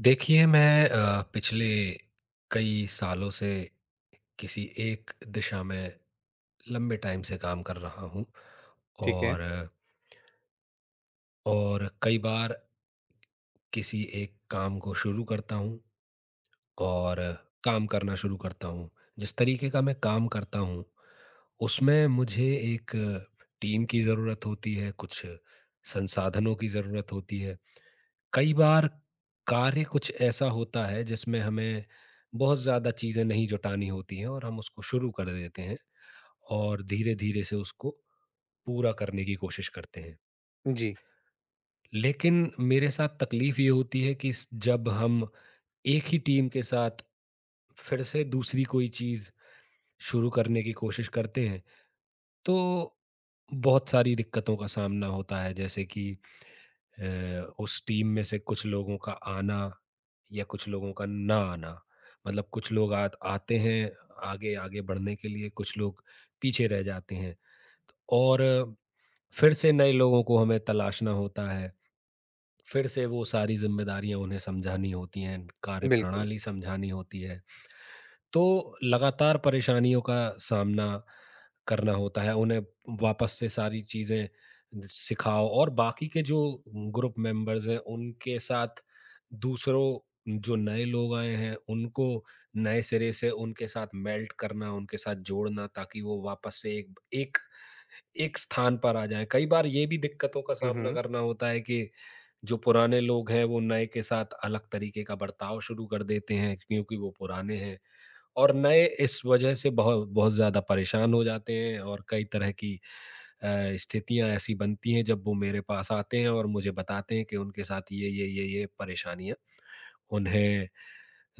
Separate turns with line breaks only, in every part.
देखिए मैं पिछले कई सालों से किसी एक दिशा में लंबे टाइम से काम कर रहा हूँ।
ठीक है।
और और कई बार किसी एक काम को शुरू करता हूँ और काम करना शुरू करता हूँ। जिस तरीके का मैं काम करता हूँ उसमें मुझे एक टीम की ज़रूरत होती है, कुछ संसाधनों की ज़रूरत होती है। कई बार कार्य कुछ ऐसा होता है जिसमें हमें बहुत ज़्यादा चीज़ें नहीं जुटानी होती हैं और हम उसको शुरू कर देते हैं और धीरे धीरे से उसको पूरा करने की कोशिश करते हैं।
जी,
लेकिन मेरे साथ तकलीफ ये होती है कि जब हम एक ही टीम के साथ फिर से दूसरी कोई चीज़ शुरू करने की कोशिश करते हैं तो बहुत सारी दिक्कतों का सामना होता है। जैसे कि उस टीम में से कुछ लोगों का आना या कुछ लोगों का ना आना। मतलब कुछ लोग आते हैं आगे आगे बढ़ने के लिए, कुछ लोग पीछे रह जाते हैं और फिर से नए लोगों को हमें तलाशना होता है। फिर से वो सारी जिम्मेदारियां उन्हें समझानी होती हैं, कार्य
बिल्कुल।
प्रणाली समझानी होती है। तो लगातार परेशानियों का सामना करना होता है। उन्हें वापस से सारी चीज़ें सिखाओ, और बाकी के जो ग्रुप मेंबर्स हैं, उनके साथ दूसरों जो नए लोग आए हैं, उनको नए सिरे से उनके साथ मेल्ट करना, उनके साथ जोड़ना, ताकि वो वापस से एक एक एक स्थान पर आ जाएँ। कई बार ये भी दिक्कतों का
हुँ,
सामना
हुँ।
करना होता है कि जो पुराने लोग हैं, वो नए के साथ अलग तरीके का बर्ताव शुरू कर देते हैं क्योंकि वो पुराने हैं। और नए इस वजह से बहुत बहुत ज़्यादा परेशान हो जाते हैं और कई तरह की अ, स्थितियाँ ऐसी बनती हैं जब वो मेरे पास आते हैं और मुझे बताते हैं कि उनके साथ ये परेशानियाँ उन्हें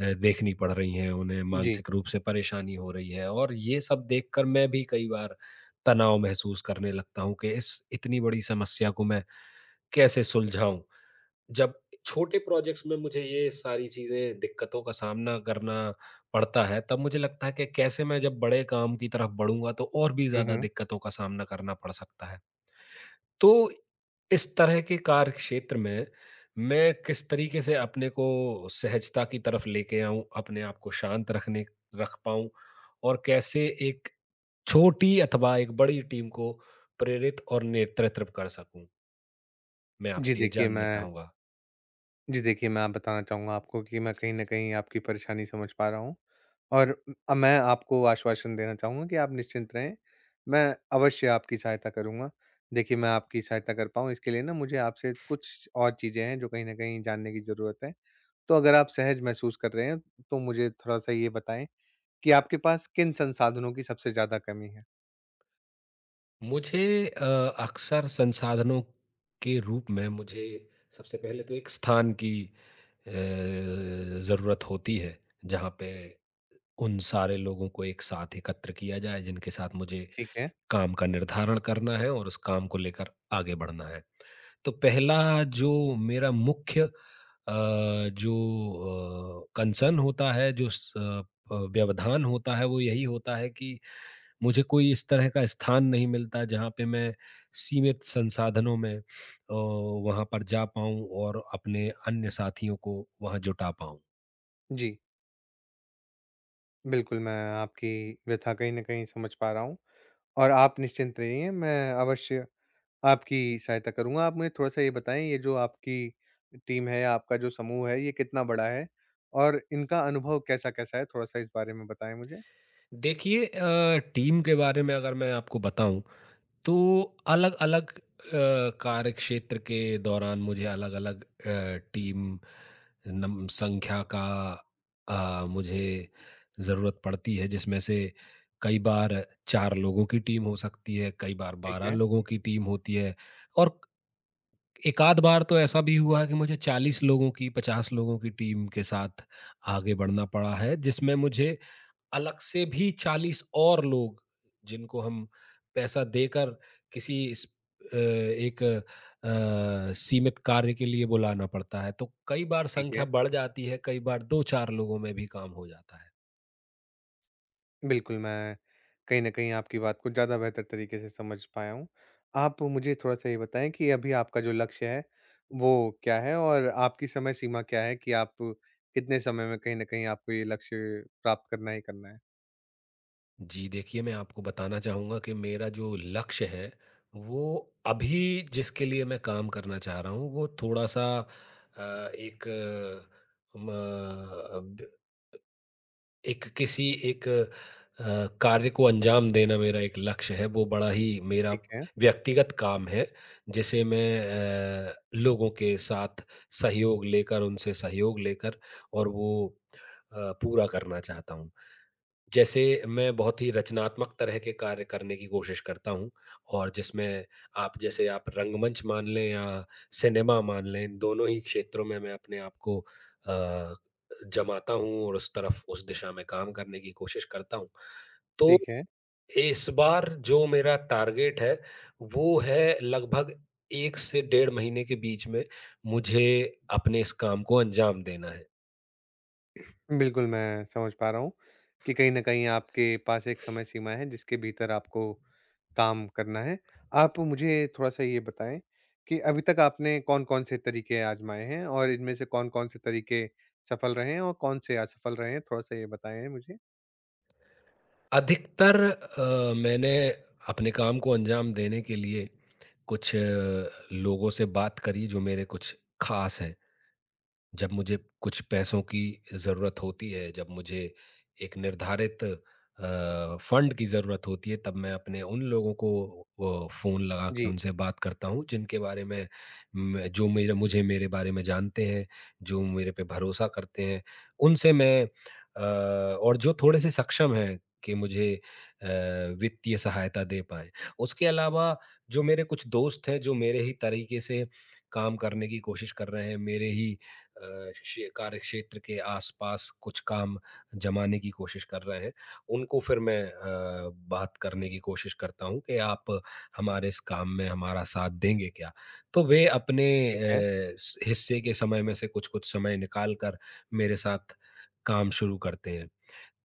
देखनी पड़ रही हैं, उन्हें
जी।
मानसिक रूप से परेशानी हो रही है। और ये सब देखकर मैं भी कई बार तनाव महसूस करने लगता हूँ कि इस इतनी बड़ी समस्या को मैं कैसे सुलझाऊँ? जब छोटे प्रोजेक्ट्स में मुझे ये सारी चीज़ें दिक्कतों का सामना करना पड़ता है, तब मुझे लगता है कि कैसे मैं जब बड़े काम की तरफ बढ़ूँगा तो और भी
हुँ,
ज़्यादा
हुँ।
दिक्कतों का सामना करना पड़ सकता है। तो इस तरह के कार्यक्षेत्र में मैं किस तरीके से अपने को सहजता की तरफ लेके आऊँ, अपने आप को शांत रखने रख पाऊँ, और कैसे एक छोटी अथवा एक बड़ी टीम को प्रेरित और नेतृत्व कर सकूँ? मैं
जी,
आपसे ये
देखिए
जानना
मैं
चाहूँगा।
जी, देखिए मैं आप बताना चाहूँगा आपको कि मैं कहीं न कहीं आपकी परेशानी समझ पा रहा हूँ और मैं आपको आश्वासन देना चाहूँगा कि आप निश्चिंत रहें, मैं अवश्य आपकी सहायता करूँगा। देखिए मैं आपकी सहायता कर पाऊँ इसके लिए ना मुझे आपसे कुछ और चीज़ें हैं जो कहीं न कहीं जानने की ज़रूरत है। तो अगर आप सहज महसूस कर रहे हैं, तो मुझे थोड़ा-सा ये बताएँ कि आपके पास किन संसाधनों की सबसे ज़्यादा कमी है?
मुझे अक्सर संसाधनों के रूप में मुझे सबसे पहले तो एक स्थान की ज़रूरत होती है, जहाँ पे उन सारे लोगों को एक साथ एकत्र किया जाए, जिनके साथ मुझे
ठीक है।
काम का निर्धारण करना है और उस काम को लेकर आगे बढ़ना है। तो पहला जो मेरा मुख्य जो कंसर्न होता है, जो व्यवधान होता है, वो यही होता है कि मुझे कोई इस तरह का स्थान नहीं मिलता जहाँ पे मैं सीमित संसाधनों में वहाँ पर जा पाऊँ और अपने अन्य साथियों को वहाँ जुटा पाऊँ।
जी। बिल्कुल, मैं आपकी व्यथा कहीं न कहीं समझ पा रहा हूँ और आप निश्चिंत रहिए, मैं अवश्य आपकी सहायता करूँगा। आप मुझे थोड़ा-सा ये बताएँ, ये जो आपकी टीम है, या आपका जो समूह है, ये कितना बड़ा है? और इनका अनुभव कैसा-कैसा है? थोड़ा-सा इस बारे में बताएँ मुझे।
देखिए टीम के बारे में अगर मैं आपको बताऊँ तो अलग अलग कार्य क्षेत्र के दौरान मुझे अलग अलग टीम संख्या का मुझे ज़रूरत पड़ती है, जिसमें से कई बार 4 लोगों की टीम हो सकती है, कई बार
ठीक
बारह
है,
लोगों की टीम होती है। और एक आध बार तो ऐसा भी हुआ है कि मुझे 40 लोगों की, 50 लोगों की टीम के साथ आगे बढ़ना पड़ा है, जिसमें मुझे अलग से भी 40 और लोग जिनको हम पैसा देकर किसी इस एक सीमित कार्य के लिए बुलाना पड़ता है, तो कई बार
ठीक
संख्या
है।
बढ़ जाती है, कई बार 2-4 लोगों में भी काम हो जाता है।
बिल्कुल, मैं कहीं न कहीं आपकी बात को ज़्यादा बेहतर तरीके से समझ पाया हूँ। आप मुझे थोड़ा-सा ये बताएँ कि अभी आपका जो लक्ष्य है, वो क्या है? और आपकी समय सीमा क्या है कि आप कितने समय में कहीं न कहीं आपको ये लक्ष्य प्राप्त करना ही करना है?
जी, देखिए मैं आपको बताना चाहूँगा कि मेरा जो लक्ष्य है, वो अभी जिसके लिए मैं काम करना चाह रहा हूँ, वो थोड़ा-सा अ, एक अ, म एक किसी एक अ, कार्य को अंजाम देना मेरा एक लक्ष्य है। वो बड़ा ही मेरा
ठीक है,
व्यक्तिगत काम है, जिसे मैं लोगों के साथ उनसे सहयोग लेकर और पूरा करना चाहता हूँ। जैसे मैं बहुत ही रचनात्मक तरह के कार्य करने की कोशिश करता हूँ और जिसमें आप रंगमंच मान लें या सिनेमा मान लें, इन दोनों ही क्षेत्रों में मैं अपने आप को जमाता हूँ और उस दिशा में काम करने की कोशिश करता हूँ। तो
ठीक है।
इस बार जो मेरा टारगेट है वो है लगभग 1 से 1.5 महीने के बीच में मुझे अपने इस काम को अंजाम देना है।
बिल्कुल, मैं समझ पा रहा हूँ कि कहीं न कहीं आपके पास एक समय सीमा है जिसके भीतर आपको काम करना है। आप मुझे थोड़ा-सा ये बताएँ कि अभी तक आपने कौन-कौन से तरीके आज़माए हैं और इनमें से कौन-कौन से तरीके सफल रहे हैं और कौन से असफल रहे हैं? थोड़ा-सा ये बताएँ मुझे।
अधिकतर मैंने अपने काम को अंजाम देने के लिए कुछ लोगों से बात करी जो मेरे कुछ खास हैं। जब मुझे कुछ पैसों की ज़रूरत होती है, जब मुझे एक निर्धारित फंड की ज़रूरत होती है, तब मैं अपने उन लोगों को फ़ोन लगा के
जी,
उनसे बात करता हूँ, जिनके बारे में मैं जो मेरे मुझे मेरे बारे में जानते हैं, जो मेरे पे भरोसा करते हैं, उनसे मैं अ, और जो थोड़े-से सक्षम हैं कि मुझे अ, वित्तीय सहायता दे पाएँ। उसके अलावा जो मेरे कुछ दोस्त हैं, जो मेरे ही तरीके से काम करने की कोशिश कर रहे हैं, मेरे ही अ, शे कार्य क्षेत्र के आस-पास कुछ काम जमाने की कोशिश कर रहे हैं, उनको फिर मैं बात करने की कोशिश करता हूँ कि आप हमारे इस काम में हमारा साथ देंगे क्या? तो वे अपने
ठीक है,
अ, स हिस्से के समय में से कुछ-कुछ समय निकाल कर मेरे साथ काम शुरू करते हैं।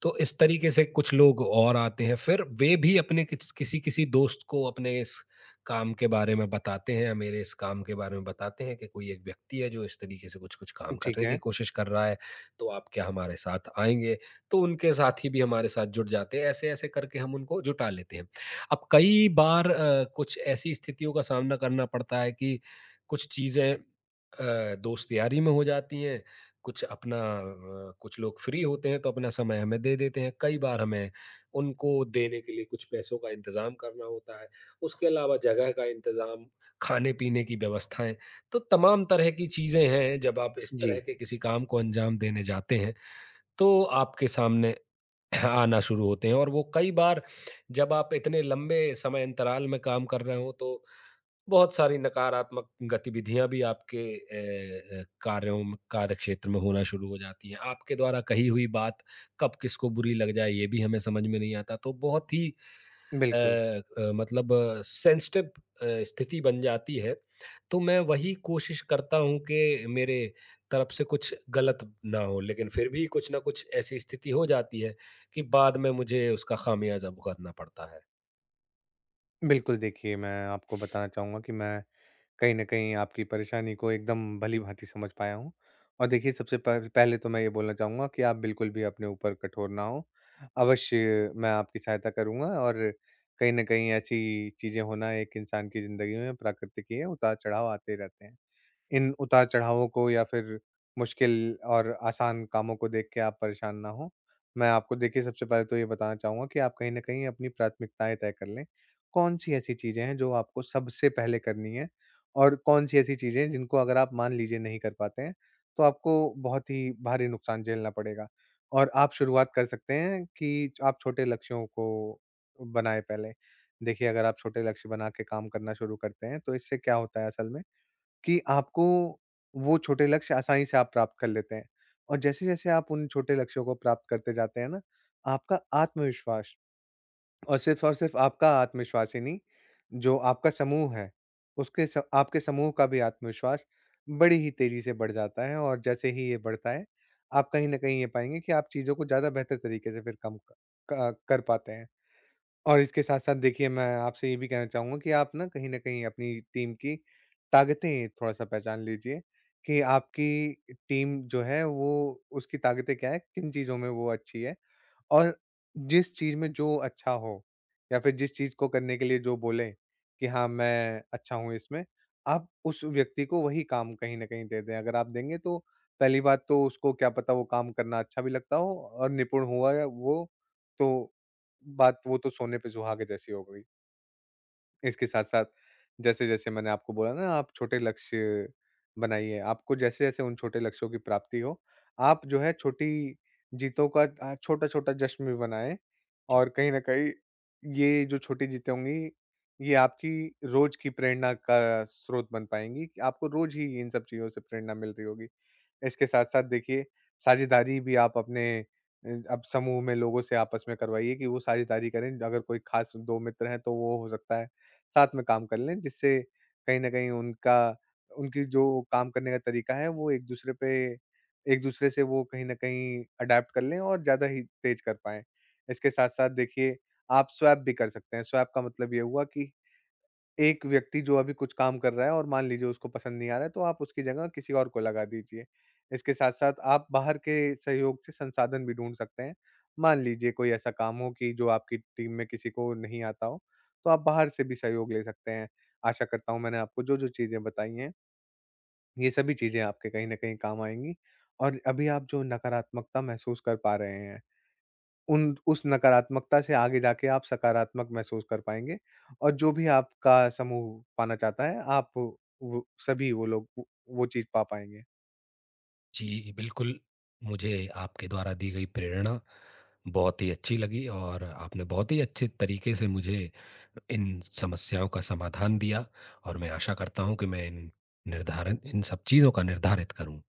तो इस तरीके से कुछ लोग और आते हैं, फिर वे भी अपने किसी-किसी दोस्त को अपने इस काम के बारे में बताते हैं, मेरे इस काम के बारे में बताते हैं कि कोई एक व्यक्ति है जो इस तरीके से कुछ-कुछ काम
ठीक
करने की
है।
कोशिश कर रहा है, तो आप क्या हमारे साथ आएँगे? तो उनके साथी भी हमारे साथ जुड़ जाते हैं, ऐसे-ऐसे करके हम उनको जुटा लेते हैं। अब कई बार कुछ ऐसी स्थितियों का सामना करना पड़ता है कि कुछ चीज़ें दोस्त यारी में हो जाती हैं, कुछ लोग फ्री होते हैं तो अपना समय हमें दे देते हैं, कई बार हमें उनको देने के लिए कुछ पैसों का इंतज़ाम करना होता है, उसके अलावा जगह का इंतज़ाम, खाने-पीने की व्यवस्थाएँ, तो तमाम तरह की चीज़ें हैं। जब आप इस तरह
जी,
के किसी काम को अंजाम देने जाते हैं, तो आपके सामने आना शुरू होते हैं, और वो कई बार जब आप इतने लंबे समय अंतराल में काम कर रहे हों तो बहुत सारी नकारात्मक गतिविधियाँ भी आपके कार्यों में, कार्यक्षेत्र में होना शुरू हो जाती हैं। आपके द्वारा कही हुई बात कब किसको बुरी लग जाए ये भी हमें समझ में नहीं आता। तो बहुत ही अ
बिल्कुल।
अ, मतलब सेंसिटिव स्थिति बन जाती है। तो मैं वही कोशिश करता हूँ कि मेरे तरफ से कुछ गलत ना हो, लेकिन फिर भी कुछ न कुछ ऐसी स्थिति हो जाती है कि बाद में मुझे उसका खामियाज़ा भुगतना पड़ता है।
बिल्कुल, देखिए मैं आपको बताना चाहूँगा कि मैं कहीं न कहीं आपकी परेशानी को एकदम भली-भाँति समझ पाया हूँ। और देखिए सबसे पह पहले तो मैं ये बोलना चाहूँगा कि आप बिल्कुल भी अपने ऊपर कठोर ना हों। अवश्य मैं आपकी सहायता करूँगा और कहीं न कहीं ऐसी चीज़ें होना एक इंसान की ज़िंदगी में प्राकृतिक ही है, उतार-चढ़ाव आते रहते हैं। इन उतार-चढ़ावों को या फिर मुश्किल और आसान कामों को देख के आप परेशान ना हों। मैं आपको देखिए सबसे पहले तो ये बताना चाहूँगा कि आप कहीं न कहीं अपनी प्राथमिकताएँ तय कर लें। कौन-सी ऐसी चीज़ें हैं जो आपको सबसे पहले करनी है और कौन-सी ऐसी चीज़ें हैं जिनको अगर आप मान लीजिए नहीं कर पाते हैं, तो आपको बहुत ही भारी नुकसान झेलना पड़ेगा। और आप शुरुआत कर सकते हैं कि आप छोटे लक्ष्यों को बनाएँ पहले। देखिए अगर आप छोटे लक्ष्य बना के काम करना शुरू करते हैं, तो इससे क्या होता है असल में कि आपको वो छोटे लक्ष्य आसानी से आप प्राप्त कर लेते हैं। और जैसे-जैसे आप उन छोटे लक्ष्यों को प्राप्त करते जाते हैं ना, आपका आत्मविश्वास और सिर्फ़ आपका आत्मविश्वास ही नहीं, जो आपका समूह है, उसके स आपके समूह का भी आत्मविश्वास बड़ी ही तेज़ी से बढ़ जाता है और जैसे ही ये बढ़ता है, आप कहीं न कहीं ये पाएँगे कि आप चीज़ों को ज़्यादा बेहतर तरीके से फिर कम क क कर पाते हैं। और इसके साथ-साथ देखिए मैं आपसे ये भी कहना चाहूँगा कि आप ना कहीं न कहीं अपनी टीम की ताकतें थोड़ा-सा पहचान लीजिए कि आपकी टीम जो है वो उसकी ताकतें क्या है, किन चीज़ों में वो अच्छी है और जिस चीज़ में जो अच्छा हो या फिर जिस चीज़ को करने के लिए जो बोले कि हाँ, मैं अच्छा हूँ इसमें, आप उस व्यक्ति को वही काम कहीं न कहीं दे दें। अगर आप देंगे तो पहली बात तो उसको क्या पता वो काम करना अच्छा भी लगता हो और निपुण हुआ या वो तो बात वो तो सोने पे सुहागे जैसी हो गई। इसके साथ-साथ जैसे-जैसे मैंने आपको बोला ना आप छोटे लक्ष्य बनाइए, आपको जैसे-जैसे उन छोटे लक्ष्यों की प्राप्ति हो, आप जो है छोटी जीतों का छोटा-छोटा जश्न भी मनाएँ
जी।
और कहीं न कहीं ये जो छोटी जीतें होंगी, ये आपकी रोज़ की प्रेरणा का स्रोत बन पाएँगी कि आपको रोज़ ही इन सब चीज़ों से प्रेरणा मिल रही होगी। इसके साथ-साथ देखिए साझेदारी भी आप अपने अब समूह में लोगों से आपस में करवाइए कि वो साझेदारी करें। अगर कोई खास 2 मित्र हैं तो वो हो सकता है साथ में काम कर लें, जिससे कहीं न कहीं उनका उनकी जो काम करने का तरीका है वो एक-दूसरे से वो कहीं न कहीं अडैप्ट कर लें और ज़्यादा ही तेज़ कर पाएँ। इसके साथ-साथ देखिए आप स्वैप भी कर सकते हैं। स्वैप का मतलब ये हुआ कि एक व्यक्ति जो अभी कुछ काम कर रहा है और मान लीजिए उसको पसंद नहीं आ रहा है, तो आप उसकी जगह किसी और को लगा दीजिए। इसके साथ-साथ आप बाहर के सहयोग से संसाधन भी ढूँढ सकते हैं। मान लीजिए कोई ऐसा काम हो कि जो आपकी टीम में किसी को नहीं आता हो, तो आप बाहर से भी सहयोग ले सकते हैं। आशा करता हूँ मैंने आपको जो-जो चीज़ें बताई हैं, ये सभी चीज़ें आपके कहीं न कहीं काम आएँगी और अभी आप जो नकारात्मकता महसूस कर पा रहे हैं उन उस नकारात्मकता से आगे जाके आप सकारात्मक महसूस कर पाएँगे और जो भी आपका समूह पाना चाहता है, आप वो सभी वो लोग वो चीज़ पा पाएँगे।
जी, बिल्कुल। मुझे आपके द्वारा दी गई प्रेरणा बहुत ही अच्छी लगी, और आपने बहुत ही अच्छे तरीके से मुझे इन समस्याओं का समाधान दिया, और मैं आशा करता हूँ कि मैं इन निर्धारण इन सब चीज़ों का निर्धारित करूँ।